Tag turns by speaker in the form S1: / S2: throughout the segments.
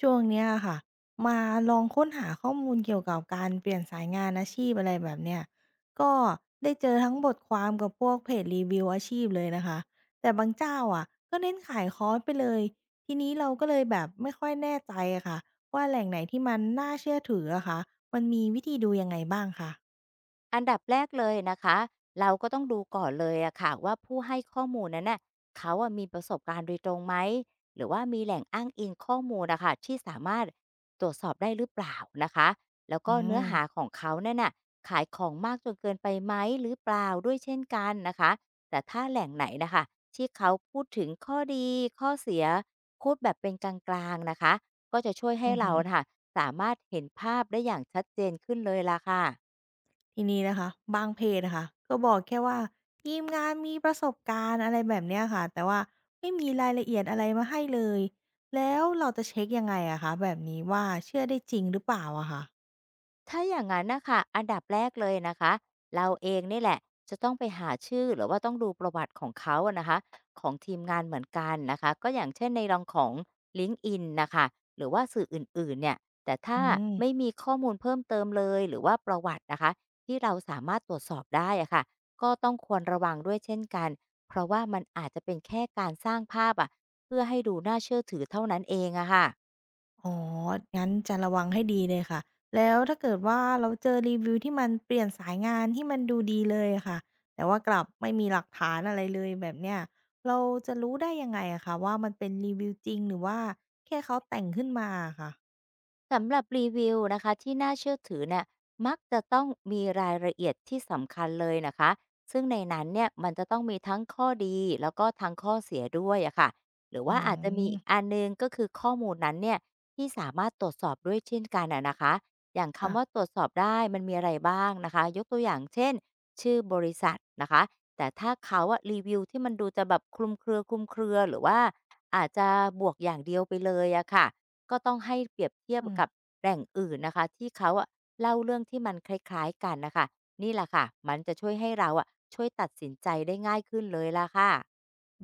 S1: ช่วงเนี้ยค่ะมาลองค้นหาข้อมูลเกี่ยวกับการเปลี่ยนสายงานอาชีพอะไรแบบเนี้ยก็ได้เจอทั้งบทความกับพวกเพจรีวิวอาชีพเลยนะคะแต่บางเจ้าอะก็เน้นขายคอร์สไปเลยทีนี้เราก็เลยแบบไม่ค่อยแน่ใจอะค่ะว่าแหล่งไหนที่มันน่าเชื่อถืออะคะมันมีวิธีดูยังไงบ้างคะ
S2: อันดับแรกเลยนะคะเราก็ต้องดูก่อนเลยอะค่ะว่าผู้ให้ข้อมูลนั้นน่ะเขาอะมีประสบการณ์โดยตรงไหมหรือว่ามีแหล่งอ้างอิงข้อมูลนะคะที่สามารถตรวจสอบได้หรือเปล่านะคะแล้ว
S1: อื
S2: ก็เนื้อหาข
S1: ม
S2: องเขาเนี่ยน่ะขายของมากจนเกินไปไหมหรือเปล่าด้วยเช่นกันนะคะแต่ถ้าแหล่งไหนนะคะที่เขาพูดถึงข้อดีข้อเสียพูดแบบเป็นกลางๆนะคะก็จะช่วยให้
S1: อือ
S2: เรา
S1: หือ
S2: นะคะสามารถเห็นภาพได้อย่างชัดเจนขึ้นเลยล่ะค่ะ
S1: ทีนี้นะคะบางเพจนะค่ะก็บอกแค่ว่าทีมงานมีประสบการณ์อะไรแบบเนี้ยค่ะแต่ว่าไม่มีรายละเอียดอะไรมาให้เลยแล้วเราจะเช็อยังไงอะคะแบบนี้ว่าเชื่อได้จริงหรือเปล่าอะค่ะ
S2: ถ้าอย่างนั้นนะคะอันดับแรกเลยนะคะเราเองนี่แหละจะต้องไปหาชื่อหรือว่าต้องดูประวัติของเขาอะนะคะของทีมงานเหมือนกันนะคะก็อย่างเช่นในรองของLinkedIn นะคะหรือว่าสื่ออื่นๆเนี่ยแต่ถ้า
S1: อืม
S2: ไม่มีข้อมูลเพิ่มเติมเลยหรือว่าประวัตินะคะที่เราสามารถตรวจสอบได้อะค่ะก็ต้องควรระวังด้วยเช่นกันเพราะว่ามันอาจจะเป็นแค่การสร้างภาพอะเพื่อให้ดูน่าเชื่อถือเท่านั้นเองอะค่ะ
S1: อ๋องั้นจะระวังให้ดีเลยค่ะแล้วถ้าเกิดว่าเราเจอรีวิวที่มันเปลี่ยนสายงานที่มันดูดีเลยอะค่ะแต่ว่ากลับไม่มีหลักฐานอะไรเลยแบบเนี้ยเราจะรู้ได้ยังไงอะคะว่ามันเป็นรีวิวจริงหรือว่าแค่เขาแต่งขึ้นมาอะค่ะ
S2: สำหรับรีวิวนะคะที่น่าเชื่อถือเนี่ยมักจะต้องมีรายละเอียดที่สำคัญเลยนะคะซึ่งในนั้นเนี่ยมันจะต้องมีทั้งข้อดีแล้วก็ทั้งข้อเสียด้วยอะค่ะหรือ
S1: อ๋
S2: ว่า
S1: อ
S2: อาจจะมีอีกอันนึงก็คือข้อมูลนั้นเนี่ยที่สามารถตรวจสอบด้วยเช่นกันอะนะคะอย่าง
S1: ค่ะ
S2: คำว่าตรวจสอบได้มันมีอะไรบ้างนะคะยกตัวอย่างเช่นชื่อบริษัทนะคะแต่ถ้าเขาอะรีวิวที่มันดูจะแบบคลุมเครือหรือว่าอาจจะบวกอย่างเดียวไปเลยอะค่ะ ก็ต้องให้เปรียบเทียบ
S1: อืม
S2: กับแหล่งอื่นนะคะที่เขาอะเล่าเรื่องที่มันคล้ายๆกันนะคะนี่แหละค่ะมันจะช่วยให้เราอะช่วยตัดสินใจได้ง่ายขึ้นเลยล่ะค่ะ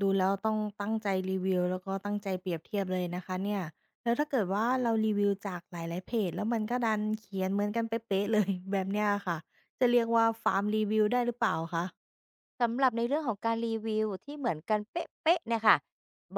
S1: ดูแล้วต้องตั้งใจรีวิวแล้วก็ตั้งใจเปรียบเทียบเลยนะคะเนี่ย แล้วถ้าเกิดว่าเรารีวิวจากหลาย ๆ เพจแล้วมันก็ดันเขียนเหมือนกันเป๊ะๆเลย แบบเนี้ยอะค่ะ จะเรียกว่า farm review ได้หรือเปล่าคะ
S2: สำหรับในเรื่องของการรีวิวที่เหมือนกันเป๊ะๆเนี่ยค่ะ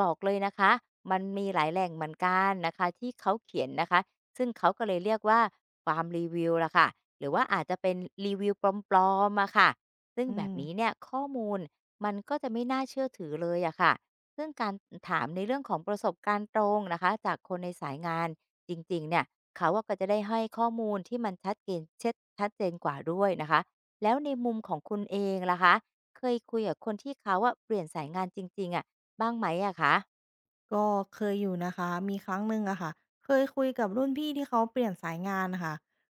S2: บอกเลยนะคะมันมีหลายแหล่งเหมือนกันนะคะที่เขาเขียนนะคะซึ่งเขาก็เลยเรียกว่าฟาร์มรีวิวละค่ะหรือว่าอาจจะเป็นรีวิวปลอมๆอะค่ะซึ่ง
S1: อื
S2: แบบ
S1: ม
S2: นี้เนี่ยข้อมูลมันก็จะไม่น่าเชื่อถือเลยอะค่ะซึ่งการถามในเรื่องของประสบการณ์ตรงนะคะจากคนในสายงานจริงๆเนี่ยเขาอก็จะได้ให้ข้อมูลที่มันชัดเจนกว่าด้วยนะคะแล้วในมุมของคุณเองล่ะคะ เคยคุยกับคนที่เขาอะเปลี่ยนสายงานจริงๆอะบ้างไหมอะคะ
S1: ก็เคยอยู่นะคะมีครั้งหนึ่งอะค่ะเคยคุยกับรุ่นพี่ที่เขาเปลี่ยนสายงานนะค่ะ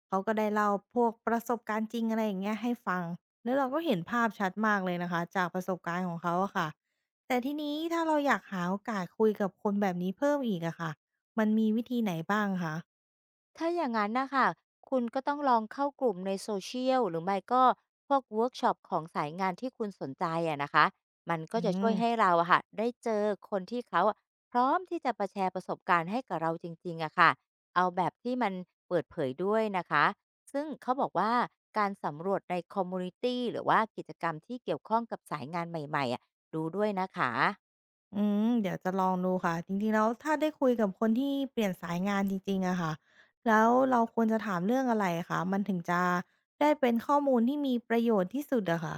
S1: เขาก็ได้เล่าพวกประสบการณ์จริงอะไรอย่างเงี้ยให้ฟังแล้วเราก็เห็นภาพชัดมากเลยนะคะจากประสบการณ์ของเขาอะค่ะแต่ทีนี้ถ้าเราอยากหาโอกาสคุยกับคนแบบนี้เพิ่มอีกอะค่ะมันมีวิธีไหนบ้างคะ
S2: ถ้าอย่างนั้นนะคะคุณก็ต้องลองเข้ากลุ่มในโซเชียลหรือไม่ก็พวกเวิร์กช็อปของสายงานที่คุณสนใจอะนะคะมันก็
S1: อื
S2: จะช่วย
S1: ม
S2: ให้เราอะค่ะได้เจอคนที่เขาอะพร้อมที่จะมาแชร์ประสบการณ์ให้กับเราจริงๆอะค่ะเอาแบบที่มันเปิดเผยด้วยนะคะซึ่งเขาบอกว่าการสำรวจในคอมมูนิตี้หรือว่ากิจกรรมที่เกี่ยวข้องกับสายงานใหม่ๆอะดูด้วยนะคะ
S1: อืมเดี๋ยวจะลองดูค่ะจริงๆแล้วถ้าได้คุยกับคนที่เปลี่ยนสายงานจริงๆอะค่ะแล้วเราควรจะถามเรื่องอะไรคะมันถึงจะได้เป็นข้อมูลที่มีประโยชน์ที่สุดอะค่ะ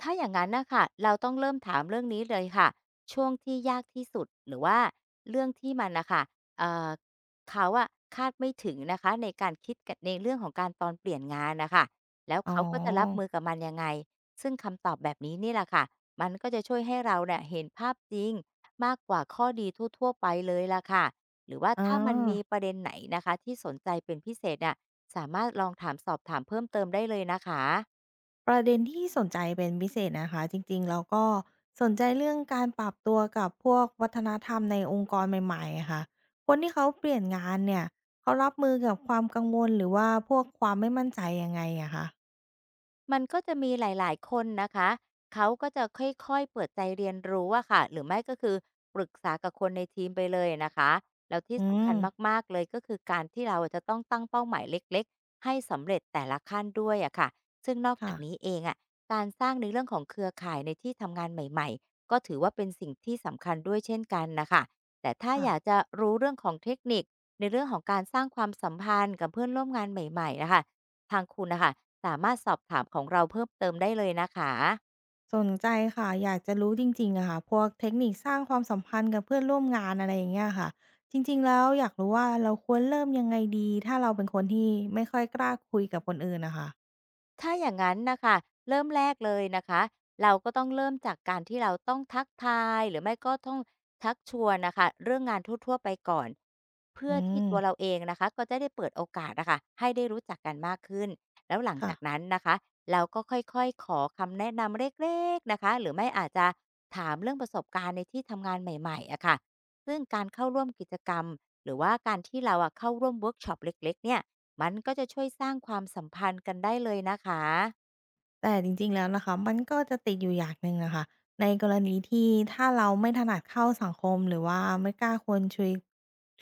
S2: ถ้าอย่างนั้นนะค่ะเราต้องเริ่มถามเรื่องนี้เลยค่ะช่วงที่ยากที่สุดหรือว่าเรื่องที่มันนะคะเอ่อเขาอะคาดไม่ถึงนะคะในการคิดกบในเรื่องของการตอนเปลี่ยนงานนะคะแล้ว
S1: อ๋อ
S2: เขาก็จะรับมือกับมันยังไงซึ่งคำตอบแบบนี้นี่แหละค่ะมันก็จะช่วยให้เราเนี่ยเห็นภาพจริงมากกว่าข้อดีทั่วๆไปเลยล่ะค่ะหรือว่า
S1: อา
S2: ถ้ามันมีประเด็นไหนนะคะที่สนใจเป็นพิเศษน่ะสามารถลองถามสอบถามเพิ่มเติมได้เลยนะคะ
S1: ประเด็นที่สนใจเป็นพิเศษนะคะจริงๆแล้วก็สนใจเรื่องการปรับตัวกับพวกวัฒนธรรมในองค์กรใหม่ๆอะค่ะคนที่เขาเปลี่ยนงานเนี่ยเขารับมือกับความกังวลหรือว่าพวกความไม่มั่นใจยังไงอะคะ
S2: มันก็จะมีหลายๆคนนะคะเขาก็จะค่อยๆเปิดใจเรียนรู้อะค่ะหรือไม่ก็คือปรึกษากับคนในทีมไปเลยนะคะแล้วที่
S1: อื
S2: สำคั
S1: ม
S2: ญมากๆเลยก็คือการที่เราจะต้องตั้งเป้าหมายเล็กๆให้สำเร็จแต่ละขั้นด้วยอะค่ะซึ่งนอกจา
S1: ค่ะ
S2: กนี้เองอะการสร้างในเรื่องของเครือข่ายในที่ทำงานใหม่ๆก็ถือว่าเป็นสิ่งที่สำคัญด้วยเช่นกันน่ะค่ะแต่ถ้า
S1: ค่ะ
S2: อยากจะรู้เรื่องของเทคนิคในเรื่องของการสร้างความสัมพันธ์กับเพื่อนร่วมงานใหม่ๆอะค่ะ ทางคุณนะคะสามารถสอบถามของเราเพิ่มเติมได้เลยนะคะ
S1: สนใจค่ะอยากจะรู้จริงๆอะค่ะพวกเทคนิคสร้างความสัมพันธ์กับเพื่อนร่วมงานอะไรอย่างเงี้ยค่ะจริงๆแล้วอยากรู้ว่าเราควรเริ่มยังไงดีถ้าเราเป็นคนที่ไม่ค่อยกล้าคุยกับคนอื่นนะคะ
S2: ถ้าอย่างนั้นนะคะเริ่มแรกเลยนะคะเราก็ต้องเริ่มจากการที่เราต้องทักทายหรือไม่ก็ต้องทักชวนนะค่ะเรื่องงานทั่วๆไปก่อน เพื่
S1: อื
S2: อที่
S1: ม
S2: ตัวเราเองนะคะก็จะได้เปิดโอกาสนะคะให้ได้รู้จักกันมากขึ้น แล้วหลัง
S1: ค่ะ
S2: จากนั้นนะคะเราก็ค่อยๆขอคำแนะนำเล็กๆนะคะหรือไม่อาจจะถามเรื่องประสบการณ์ในที่ทำงานใหม่ๆอะค่ะซึ่งการเข้าร่วมกิจกรรมหรือว่าการที่เราอะเข้าร่วมเวิร์กช็อปเล็กๆเนี่ย มันก็จะช่วยสร้างความสัมพันธ์กันได้เลยนะคะ
S1: แต่จริงๆแล้วนะคะมันก็จะติดอยู่อย่างหนึ่งนะคะในกรณีที่ถ้าเราไม่ถนัดเข้าสังคมหรือว่าไม่กล้าควรชวย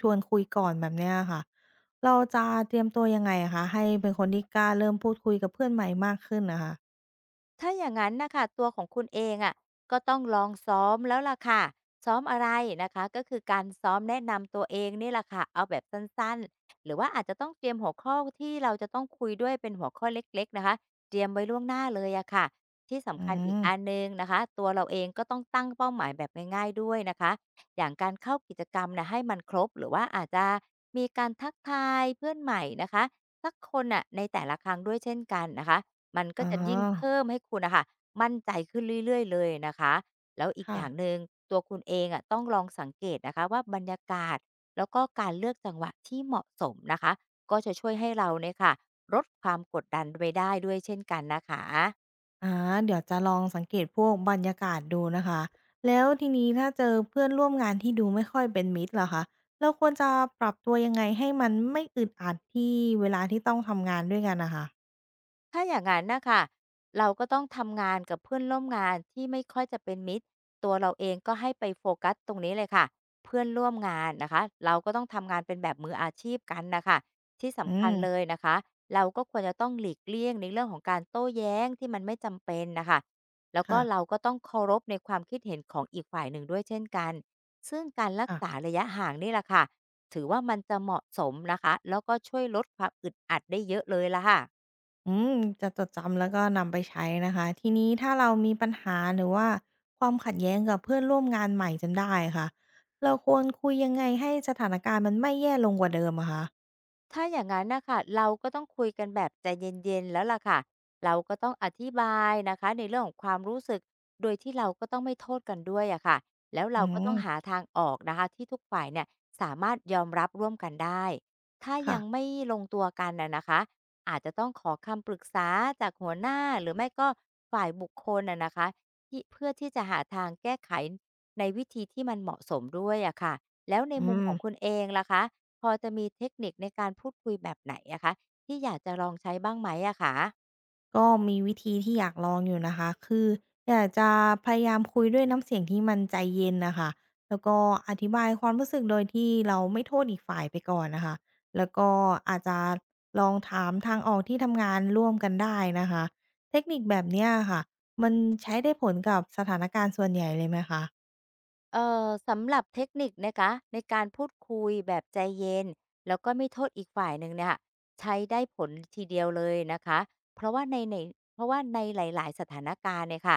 S1: ชวนคุยก่อนแบบเนี้ยค่ะเราจะเตรียมตัวยังไงอะคะให้เป็นคนที่กล้าเริ่มพูดคุยกับเพื่อนใหม่มากขึ้นนะคะ
S2: ถ้าอย่างนั้นนะคะตัวของคุณเองอะะก็ต้องลองซ้อมแล้วล่ะค่ะซ้อมอะไรนะคะก็คือการซ้อมแนะนำตัวเองนี่แหละค่ะเอาแบบสั้นๆหรือว่าอาจจะต้องเตรียมหัวข้อที่เราจะต้องคุยด้วยเป็นหัวข้อเล็กๆนะคะเตรียมไว้ล่วงหน้าเลยอะค่ะที่
S1: อื
S2: สำคัญอี
S1: ม
S2: กอันหนึ่งนะคะตัวเราเองก็ต้องตั้งเป้าหมายแบบง่ายๆด้วยนะคะอย่างการเข้ากิจกรรมนะให้มันครบหรือว่าอาจจะมีการทักทายเพื่อนใหม่นะคะสักคนน่ะในแต่ละครั้งด้วยเช่นกันนะคะ มันก็
S1: อ๋อ
S2: จะยิ่งเพิ่มให้คุณน่ะค่ะมั่นใจขึ้นเรื่อยๆเลยนะคะ แล้วอีกอ
S1: ค่ะ
S2: ย่างหนึ่งตัวคุณเองอะต้องลองสังเกตนะคะว่าบรรยากาศแล้วก็การเลือกจังหวะที่เหมาะสมนะคะก็จะช่วยให้เราเนี่ยค่ะลดความกดดันไปได้ด้วยเช่นกันนะคะ
S1: อาเดี๋ยวจะลองสังเกตพวกบรรยากาศดูนะคะ แล้วทีนี้ถ้าเจอเพื่อนร่วมงานที่ดูไม่ค่อยเป็นมิตรล่ะคะเราควรจะปรับตัวยังไงให้มันไม่อึดอัดที่เวลาที่ต้องทำงานด้วยกันนะคะ
S2: ถ้าอย่างงั้นนะคะเราก็ต้องทำงานกับเพื่อนร่วมงานที่ไม่ค่อยจะเป็นมิตรตัวเราเองก็ให้ไปโฟกัสตรงนี้เลยค่ะเพื่อนร่วมงานนะคะเราก็ต้องทำงานเป็นแบบมืออาชีพกันน่ะคะที่
S1: อื
S2: สำคัญ
S1: ม
S2: เลยนะคะเราก็ควรจะต้องหลีกเลี่ยงในเรื่องของการโต้แย้งที่มันไม่จำเป็นนะคะแล้วก็
S1: ค่ะ
S2: เราก็ต้องเคารพในความคิดเห็นของอีกฝ่ายหนึ่งด้วยเช่นกันซึ่งการรักษา
S1: ค่ะ
S2: ระยะห่างนี่แหละค่ะถือว่ามันจะเหมาะสมนะคะแล้วก็ช่วยลดความอึดอัดได้เยอะเลยล่ะค่ะ
S1: อืมจะจดจำแล้วก็นำไปใช้นะคะทีนี้ถ้าเรามีปัญหาหรือว่าความขัดแย้งกับเพื่อนร่วมงานใหม่จนได้ค่ะ เราควรคุยยังไงให้สถานการณ์มันไม่แย่ลงกว่าเดิมอะคะ
S2: ถ้าอย่างนั้นนะค่ะเราก็ต้องคุยกันแบบใจเย็นๆแล้วล่ะค่ะเราก็ต้องอธิบายนะคะในเรื่องของความรู้สึกโดยที่เราก็ต้องไม่โทษกันด้วยอะค่ะแล้ว
S1: อื
S2: เราก็ต้อง
S1: ม
S2: หาทางออกนะคะที่ทุกฝ่ายเนี่ยสามารถยอมรับร่วมกันได้ถ้า
S1: ค่ะ
S2: ยังไม่ลงตัวกันนะคะอาจจะต้องขอคำปรึกษาจากหัวหน้าหรือไม่ก็ฝ่ายบุคคลนะคะที่เพื่อที่จะหาทางแก้ไขในวิธีที่มันเหมาะสมด้วยอะค่ะแล้วใน
S1: อื
S2: มุม
S1: ม
S2: ของคุณเองล่ะคะ พอจะมีเทคนิคในการพูดคุยแบบไหนอะคะที่อยากจะลองใช้บ้างไหมอะคะ
S1: ก็มีวิธีที่อยากลองอยู่นะคะ คืออยากจะพยายามคุยด้วยน้ำเสียงที่มันใจเย็นนะคะ แล้วก็อธิบายความรู้สึกโดยที่เราไม่โทษอีกฝ่ายไปก่อนนะคะแล้วก็อาจจะลองถามทางออกที่ทำงานร่วมกันได้นะคะ เทคนิคแบบเนี้ยค่ะ มันใช้ได้ผลกับสถานการณ์ส่วนใหญ่เลยไหมคะ
S2: สำหรับเทคนิคนะคะในการพูดคุยแบบใจเย็นแล้วก็ไม่โทษอีกฝ่ายหนึ่งเนี่ยใช้ได้ผลทีเดียวเลยนะคะเพราะว่าในในเพราะว่าในหลายๆสถานการณ์เนี่ยค่ะ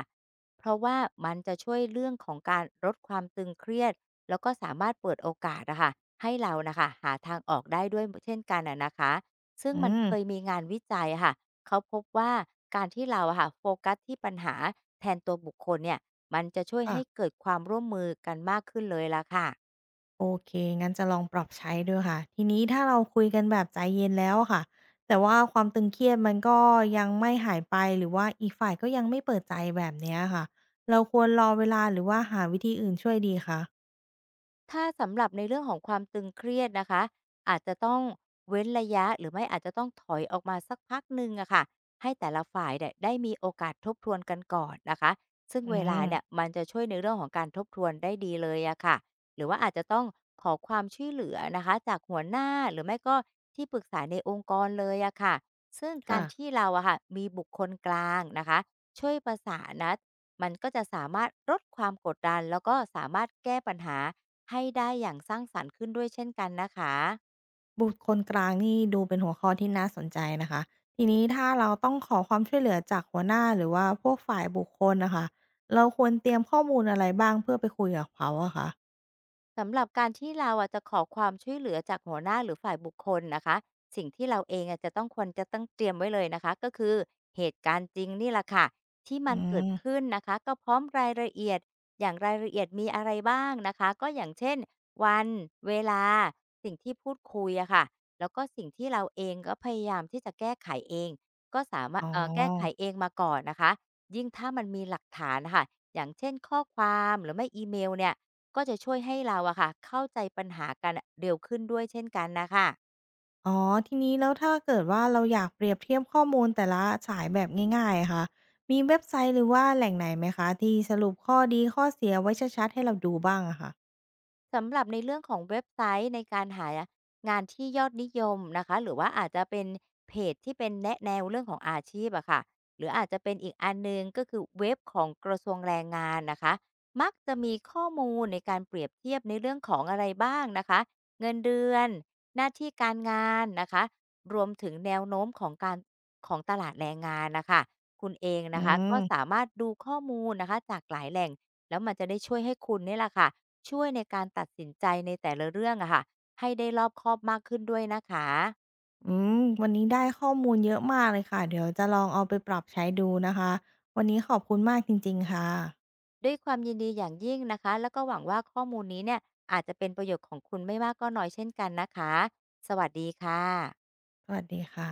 S2: เพราะว่ามันจะช่วยเรื่องของการลดความตึงเครียดแล้วก็สามารถเปิดโอกาสอะค่ะให้เรานะคะหาทางออกได้ด้วยเช่นกันนะคะซึ่ง
S1: อื
S2: มัน
S1: ม
S2: เคยมีงานวิจัยอะค่ะเขาพบว่าการที่เราอะค่ะโฟกัสที่ปัญหาแทนตัวบุคคลเนี่ย มันจะช่วย
S1: ค่ะ
S2: ให้เกิดความร่วมมือกันมากขึ้นเลยล่ะค่ะ
S1: โอเคงั้นจะลองปรับใช้ดูค่ะ ทีนี้ถ้าเราคุยกันแบบใจเย็นแล้วอะค่ะ แต่ว่าความตึงเครียดมันก็ยังไม่หายไปหรือว่าอีกฝ่ายก็ยังไม่เปิดใจแบบเนี้ยค่ะ เราควรรอเวลาหรือว่าหาวิธีอื่นช่วยดีคะ
S2: ถ้าสำหรับในเรื่องของความตึงเครียดนะคะอาจจะต้องเว้นระยะหรือไม่อาจจะต้องถอยออกมาสักพักหนึ่งอะค่ะให้แต่ละฝ่ายเนี่ยได้มีโอกาสทบทวนกันก่อนนะคะซึ่ง
S1: อื
S2: เวลา
S1: ม
S2: เนี่ยมันจะช่วยในเรื่องของการทบทวนได้ดีเลยอะค่ะหรือว่าอาจจะต้องขอความช่วยเหลือนะคะจากหัวหน้าหรือไม่ก็ที่ปรึกษาในองค์กรเลยอะค่ะซึ่งกา
S1: ค่ะ
S2: รที่เราอะค่ะมีบุคคลกลางนะคะช่วยประสานนะมันก็จะสามารถลดความกดดันแล้วก็สามารถแก้ปัญหา ให้ได้อย่างสร้างสรรค์ขึ้นด้วยเช่นกันนะคะ
S1: บุคคลกลางนี่ดูเป็นหัวข้อที่น่าสนใจนะคะ ทีนี้ถ้าเราต้องขอความช่วยเหลือจากหัวหน้าหรือว่าพวกฝ่ายบุคคลน่ะค่ะเราควรเตรียมข้อมูลอะไรบ้างเพื่อไปคุยกับเขาอะคะ
S2: สำหรับการที่เราอะจะขอความช่วยเหลือจากหัวหน้าหรือฝ่ายบุคคลนะคะสิ่งที่เราเองอะจะต้องควรจะต้องเตรียมไว้เลยนะคะก็คือเหตุการณ์จริงนี่แหละค่ะที่มั
S1: อื
S2: นเกิด
S1: ม
S2: ขึ้นนะคะก็พร้อมรายละเอียดอย่างรายละเอียดมีอะไรบ้างนะคะก็อย่างเช่นวันเวลาสิ่งที่พูดคุยอะค่ะแล้วก็สิ่งที่เราเองก็พยายามที่จะแก้ไขเองก็สามารถ
S1: อ๋อ
S2: แก้ไขเองมาก่อนนะคะยิ่งถ้ามันมีหลักฐานนะค่ะอย่างเช่นข้อความหรือไม่อีเมลเนี่ย ก็จะช่วยให้เราอะค่ะเข้าใจปัญหากันเร็วขึ้นด้วยเช่นกันนะคะ
S1: อ๋อทีนี้แล้วถ้าเกิดว่าเราอยากเปรียบเทียบข้อมูลแต่ละสายแบบง่ายๆอะค่ะมีเว็บไซต์หรือว่าแหล่งไหนไหมคะที่สรุปข้อดีข้อเสียไว้ชัดๆให้เราดูบ้างอะค่ะ
S2: สำหรับในเรื่องของเว็บไซต์ในการหางานที่ยอดนิยมนะคะหรือว่าอาจจะเป็นเพจที่เป็นแนะแนวเรื่องของอาชีพอะค่ะหรืออาจจะเป็นอีกอันหนึงก็คือเว็บของกระทรวงแรงงานนะคะมักจะมีข้อมูลในการเปรียบเทียบในเรื่องของอะไรบ้างนะคะเงินเดือนหน้าที่การงานนะคะรวมถึงแนวโน้มของการของตลาดแรงงานนะคะคุณเอง
S1: อื
S2: นะคะ
S1: ม
S2: ก็สามารถดูข้อมูลนะคะจากหลายแหล่งแล้วมันจะได้ช่วยให้คุณนี่แหละค่ะ ช่วยในการตัดสินใจในแต่ละเรื่องอะค่ะให้ได้รอบคอบมากขึ้นด้วยนะคะ
S1: อืมวันนี้ได้ข้อมูลเยอะมากเลยค่ะเดี๋ยวจะลองเอาไปปรับใช้ดูนะคะวันนี้ขอบคุณมากจริงๆค่ะ
S2: ด้วยความยินดีอย่างยิ่งนะคะแล้วก็หวังว่าข้อมูลนี้เนี่ยอาจจะเป็นประโยชน์ของคุณไม่มากก็น้อยเช่นกันนะคะสวัสดีค่ะ
S1: สวัสดีค่ะ